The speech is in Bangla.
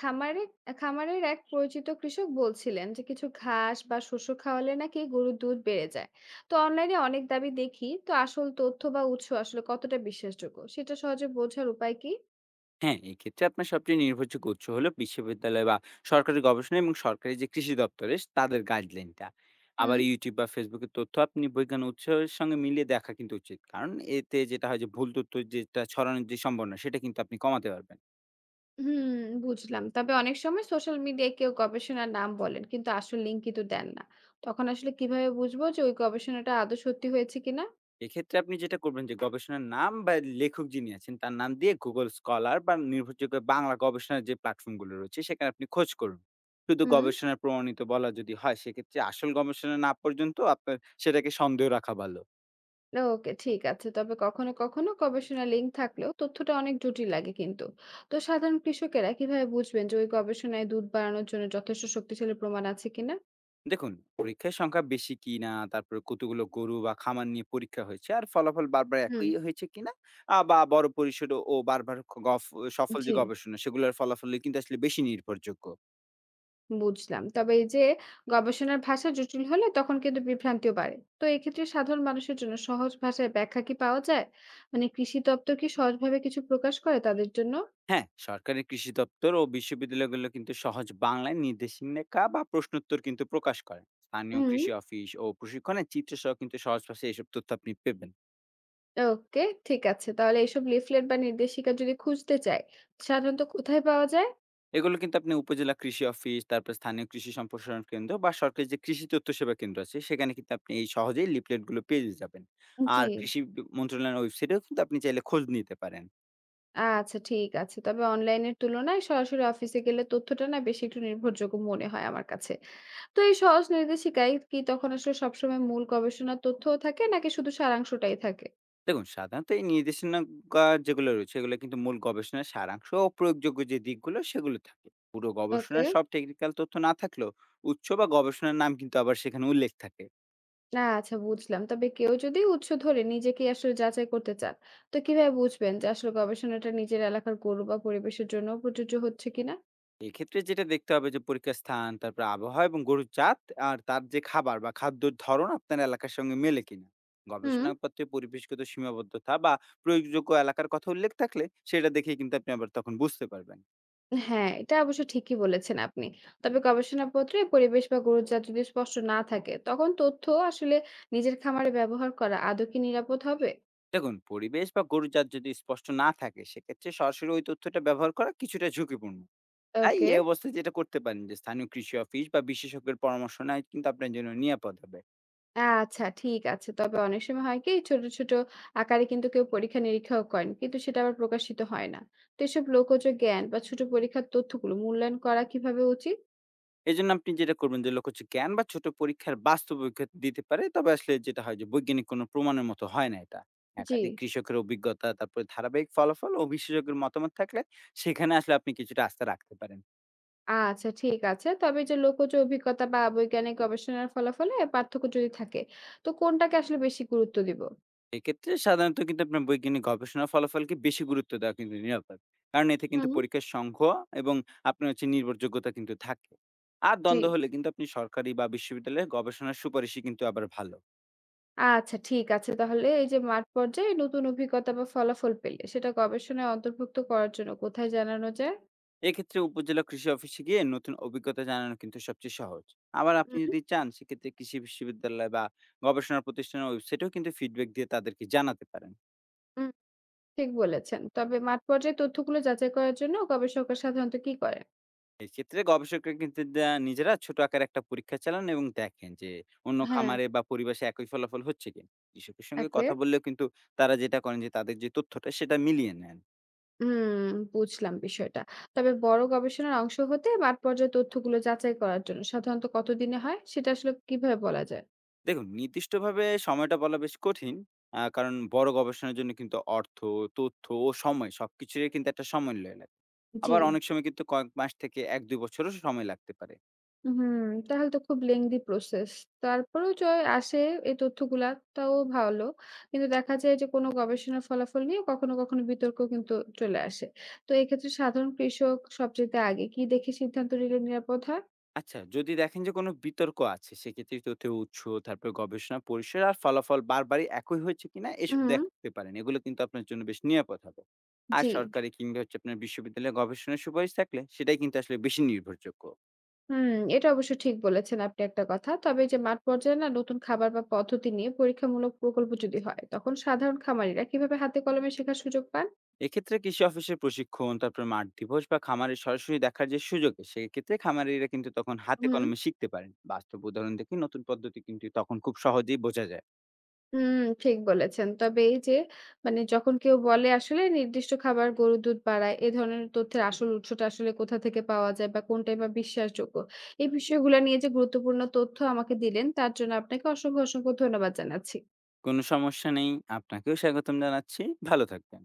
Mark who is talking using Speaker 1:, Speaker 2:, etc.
Speaker 1: খামারে খামারের এক পরিচিত কৃষক বলছিলেন যে কিছু ঘাস বা শস্য খাওয়ালে নাকি গরুর দুধ বেড়ে যায়। তো অনলাইনে অনেক দাবি দেখি, তো আসল তথ্য বা উৎস আসলে কতটা বিশ্বাসযোগ্য সেটা সহজে বোঝার উপায় কি?
Speaker 2: হ্যাঁ, এক্ষেত্রে আপনার সবচেয়ে নির্ভরযোগ্য উৎস হলো বিশ্ববিদ্যালয় বা সরকারি গবেষণা এবং সরকারি যে কৃষি দপ্তরে তাদের গাইডলাইনটা।
Speaker 1: হুম।
Speaker 2: আবার YouTube বা Facebook এর তথ্য আপনি বৈজ্ঞানিক উৎসের সঙ্গে মিলিয়ে দেখা কিন্তু উচিত। কারণ এতে যেটা হয় যে ভুল তথ্য যেটা ছড়ানোর যে সম্ভাবনা সেটা কিন্তু আপনি কমাতে পারবেন।
Speaker 1: হুম, বুঝলাম। তবে অনেক সময় সোশ্যাল মিডিয়ায় কেউ গবেষণার নাম বলেন কিন্তু আসল লিঙ্ক কিন্তু দেন না। তখন আসলে কিভাবে বুঝবো যে ওই গবেষণাটা আদৌ সত্যি হয়েছে কিনা?
Speaker 2: এক্ষেত্রে আপনি যেটা করবেন যে গবেষণার নাম বা লেখক যিনি আছেন তার নাম দিয়ে Google Scholar বা নির্ভরযোগ্য বাংলা গবেষণার যে প্ল্যাটফর্ম গুলো রয়েছে সেখানে আপনি খোঁজ করুন। শুধু
Speaker 1: হুম।
Speaker 2: গবেষণার প্রমাণিত বলা যদি হয় সেক্ষেত্রে আসল গবেষণা না পর্যন্ত আপনার সেটাকে সন্দেহ রাখা ভালো।
Speaker 1: ওকে, ঠিক আছে। তবে কখনো, কখনো গবেষণার লিঙ্ক থাকলেও তথ্যটা অনেক জটিল লাগে কিন্তু। তো সাধারণ কৃষকেরা কিভাবে বুঝবেন যে ওই গবেষণায় দুধ বাড়ানোর জন্য যথেষ্ট শক্তিশালী প্রমাণ আছে কিনা?
Speaker 2: দেখুন পরীক্ষার সংখ্যা বেশি কিনা তারপরে কতগুলো গরু বা খামার নিয়ে পরীক্ষা হয়েছে আর ফলাফল বারবার
Speaker 1: হুম।
Speaker 2: একই হয়েছে কিনা। বা বড় পরিসর ও ও বারবার সফল
Speaker 1: জি,
Speaker 2: যে গবেষণা সেগুলোর ফলাফল কিন্তু আসলে বেশি নির্ভরযোগ্য।
Speaker 1: বুঝলাম। তবে এই যে গবেষণার ভাষা জটিল হলে তখন কিন্তু বিভ্রান্তিও বাড়ে। তো এক্ষেত্রে সাধারণ মানুষের জন্য সহজ ভাষায় ব্যাখ্যা কি পাওয়া যায়? মানে কৃষি দপ্তর কি সহজভাবে কিছু প্রকাশ করে তাদের জন্য?
Speaker 2: হ্যাঁ, সরকারের কৃষি দপ্তর ও বিশ্ববিদ্যালয়গুলো কিন্তু সহজ বাংলায় নির্দেশিকা বা প্রশ্নোত্তর কিন্তু প্রকাশ করেন। স্থানীয়
Speaker 1: হুম।
Speaker 2: কৃষি অফিস ও প্রশিক্ষণের চিত্র সহ কিন্তু সহজ ভাষায় এসব তথ্য আপনি পেবেন।
Speaker 1: ওকে, ঠিক আছে। তাহলে এইসব লিফলেট বা নির্দেশিকা যদি খুঁজতে চায়, সাধারণত কোথায় পাওয়া যায়?
Speaker 2: এগুলো কিন্তু আপনি উপজেলা কৃষি অফিস, তারপর স্থানীয় কৃষি সম্প্রসারণ কেন্দ্র বা সরকারি যে কৃষি তথ্য সেবা কেন্দ্র আছে, সেখানে কিন্তু আপনি এই সহজেই লিফলেট গুলো পেয়ে যাবেন।
Speaker 1: জি।
Speaker 2: আর কৃষি বি মন্ত্রণালয়ের ওয়েবসাইটেও কিন্তু আপনি চাইলে খোঁজ নিতে পারেন।
Speaker 1: আচ্ছা, ঠিক আছে। তবে অনলাইনের তুলনায় সরাসরি অফিসে গেলে তথ্যটা না বেশি একটু নির্ভরযোগ্য মনে হয় আমার কাছে। তো এই সহজ নির্দেশিকায় কি তখন আসলে সবসময় মূল গবেষণার তথ্যও থাকে নাকি শুধু সারাংশটাই থাকে?
Speaker 2: দেখুন, সাধারণত এই নির্দেশনা গা যেগুলো রয়েছে, এগুলো কিন্তু মূল গবেষণার সারাংশ ও প্রয়োগযোগ্য যে দিকগুলো সেগুলো থাকে। পুরো
Speaker 1: ওকে।
Speaker 2: গবেষণার সব টেকনিক্যাল তথ্য না থাকলেও উৎস বা গবেষণার নাম কিন্তু আবার সেখানে উল্লেখ থাকে।
Speaker 1: না, আচ্ছা বুঝলাম। তবে কেউ যদি উৎস ধরে নিজেকেই আসলে যাচাই করতে চান, তো কিভাবে বুঝবেন যে আসলে গবেষণাটা নিজের এলাকার গরু বা পরিবেশের জন্য প্রযোজ্য হচ্ছে কিনা?
Speaker 2: এক্ষেত্রে যেটা দেখতে হবে যে পরীক্ষার স্থান, তারপরে আবহাওয়া এবং গরুর জাত আর তার যে খাবার বা খাদ্যর ধরন আপনার এলাকার সঙ্গে মেলে কিনা।
Speaker 1: হুম।
Speaker 2: গবেষণাপত্রে পরিবেশগত সীমাবদ্ধতা বা প্রয়োগযোগ্য এলাকার কথা উল্লেখ থাকলে সেটা দেখেই কিন্তু আপনি আবার তখন বুঝতে পারবেন।
Speaker 1: হ্যাঁ, এটা অবশ্য ঠিকই বলেছেন আপনি। তবে গবেষণাপত্রে পরিবেশ বা গরুর জাত যদি স্পষ্ট না থাকে, তখন তথ্য আসলে নিজের খামারে ব্যবহার করা আদৌ কি নিরাপদ হবে?
Speaker 2: দেখুন, পরিবেশ বা গরুর জাত যদি স্পষ্ট না থাকে সেক্ষেত্রে সরাসরি ওই তথ্যটা ব্যবহার করা কিছুটা ঝুঁকিপূর্ণ। তাই
Speaker 1: ওকে।
Speaker 2: এই অবস্থায় যেটা করতে পারেন যে স্থানীয় কৃষি অফিস বা বিশেষজ্ঞের পরামর্শ নেয় কিন্তু আপনার জন্য নিরাপদ হবে।
Speaker 1: আচ্ছা, ঠিক আছে। তবে অনেক সময় হয় কি ছোট, ছোট আকারে কিন্তু কেউ পরীক্ষা-নিরীক্ষাও করেন। কিন্তু সেটা আবার প্রকাশিত হয় না। তো এসব লোকজ জ্ঞান বা ছোট পরীক্ষার তথ্যগুলো মূল্যায়ন করা কিভাবে উচিত?
Speaker 2: এজন্য আপনি যেটা করবেন যে লক্ষ্য হচ্ছে জ্ঞান বা ছোট পরীক্ষার বাস্তব অভিজ্ঞতা দিতে পারে, তবে আসলে যেটা হয় যে বৈজ্ঞানিক কোনো প্রমাণের মতো হয় না এটা।
Speaker 1: জি।
Speaker 2: একাধিক কৃষকের অভিজ্ঞতা তারপরে ধারাবাহিক ফলাফল ও বিশেষজ্ঞের মতামত থাকলে সেখানে আসলে আপনি কিছুটা আস্থা রাখতে পারেন।
Speaker 1: আচ্ছা, ঠিক আছে। তবে এই যে লোকজ অভিজ্ঞতা বা বৈজ্ঞানিক গবেষণার ফলাফলে পার্থক্য যদি থাকে, তো কোনটাকে আসলে বেশি গুরুত্ব দিব?
Speaker 2: এক্ষেত্রে সাধারণত কিন্তু আপনার বৈজ্ঞানিক গবেষণার ফলাফলকে বেশি গুরুত্ব দেওয়া কিন্তু নিরাপদ। কারণ এতে কিন্তু
Speaker 1: হুম।
Speaker 2: পরীক্ষার সংখ্যা এবং আপনার হচ্ছে নির্ভরযোগ্যতা কিন্তু থাকে। আর
Speaker 1: জি।
Speaker 2: দ্বন্দ্ব হলে কিন্তু আপনি সরকারি বা বিশ্ববিদ্যালয়ের গবেষণার সুপারিশই কিন্তু আবার ভালো।
Speaker 1: আচ্ছা, ঠিক আছে। তাহলে এই যে মাঠ পর্যায়ে নতুন অভিজ্ঞতা বা ফলাফল পেলে সেটা গবেষণায় অন্তর্ভুক্ত করার জন্য কোথায় জানানো যায়?
Speaker 2: এক্ষেত্রে উপজেলা কৃষি অফিসে গিয়ে নতুন অভিজ্ঞতা জানানো কিন্তু সবচেয়ে সহজ। আবার আপনি
Speaker 1: হুম.
Speaker 2: যদি চান সেক্ষেত্রে কৃষি বিশ্ববিদ্যালয় বা গবেষণা প্রতিষ্ঠানের ওয়েবসাইটেও কিন্তু ফিডব্যাক দিয়ে তাদেরকে জানাতে পারেন।
Speaker 1: হুম। ঠিক বলেছেন। তবে মাঠ পর্যায়ে তথ্যগুলো যাচাই করার জন্য গবেষকরা সাধারণত কি করেন?
Speaker 2: এই ক্ষেত্রে গবেষকরা কিন্তু নিজেরা ছোট আকারে একটা পরীক্ষা চালান এবং দেখেন যে অন্য
Speaker 1: হ্যাঁ।
Speaker 2: খামারে বা পরিবেশে একই ফলাফল হচ্ছে কিনা। কৃষকের সঙ্গে
Speaker 1: একে
Speaker 2: কথা বললেও কিন্তু তারা যেটা করেন যে তাদের যে তথ্যটা সেটা মিলিয়ে নেন।
Speaker 1: হুম, বুঝলাম বিষয়টা। তবে বড় গবেষণার অংশ হতে মাঠ পর্যায়ে তথ্যগুলো যাচাই করার জন্য সাধারণত কতদিনে হয়? সেটা আসলে কিভাবে বলা যায়?
Speaker 2: দেখুন, নির্দিষ্টভাবে সময়টা বলা বেশ কঠিন। কারণ বড় গবেষণার জন্য কিন্তু অর্থ, তথ্য ও সময় সবকিছুরই কিন্তু একটা সমন্বয় লাগে।
Speaker 1: জি।
Speaker 2: আবার অনেক সময় কিন্তু কয়েক মাস থেকে ১-২ বছরও সময় লাগতে পারে।
Speaker 1: হুম, তাহলে তো খুব lengthy প্রসেস। তারপরেও জয় আসে এই তথ্যগুলা, তাও ভালো। কিন্তু দেখা যায় যে কোনো গবেষণার ফলাফল নিয়ে কখনো, কখনো বিতর্ক কিন্তু চলে আসে। তো এক্ষেত্রে সাধারণ কৃষক সবচাইতে আগে কি দেখে সিদ্ধান্ত নিলে নিরাপদ হয়?
Speaker 2: আচ্ছা, যদি দেখেন যে কোনো বিতর্ক আছে, সেক্ষেত্রে তথ্যের উৎস, তারপরে গবেষণার পরিসর আর ফলাফল বারবারই একই হয়েছে কিনা এসব
Speaker 1: হুম।
Speaker 2: দেখতে পারেন। এগুলো কিন্তু আপনার জন্য বেশ নিরাপদ হবে। আর
Speaker 1: জি।
Speaker 2: সরকারি কিংবা হচ্ছে আপনার বিশ্ববিদ্যালয়ে গবেষণার সুপারিশ থাকলে সেটাই কিন্তু আসলে বেশি নির্ভরযোগ্য।
Speaker 1: হুম, এটা অবশ্য ঠিক বলেছেন আপনি একটা কথা। তবে এই যে মাঠ পর্যায়ে না নতুন খাবার বা পদ্ধতি নিয়ে পরীক্ষামূলক প্রকল্প যদি হয়, তখন সাধারণ খামারিরা কিভাবে হাতে কলমে শেখার সুযোগ পান?
Speaker 2: এক্ষেত্রে কৃষি অফিসের প্রশিক্ষণ, তারপর মাঠ দিবস বা খামারের সরাসরি দেখার যে সুযোগ, সেক্ষেত্রে খামারিরা কিন্তু তখন হাতে
Speaker 1: হুম।
Speaker 2: কলমে শিখতে পারেন। বাস্তব উদাহরণ দেখে নতুন পদ্ধতি কিন্তু তখন খুব সহজেই বোঝা যায়।
Speaker 1: হুম, ঠিক বলেছেন। তবে এই যে মানে যখন কেউ বলে আসলে নির্দিষ্ট খাবার গরুর দুধ বাড়ায়, এ ধরনের তথ্যের আসল উৎসটা আসলে কোথা থেকে পাওয়া যায় বা কোনটাই বা বিশ্বাসযোগ্য? এই বিষয়গুলো নিয়ে যে গুরুত্বপূর্ণ তথ্য আমাকে দিলেন তার জন্য আপনাকে অসংখ্য, অসংখ্য ধন্যবাদ জানাচ্ছি।
Speaker 2: কোনো সমস্যা নেই। আপনাকেও স্বাগতম জানাচ্ছি। ভালো থাকবেন।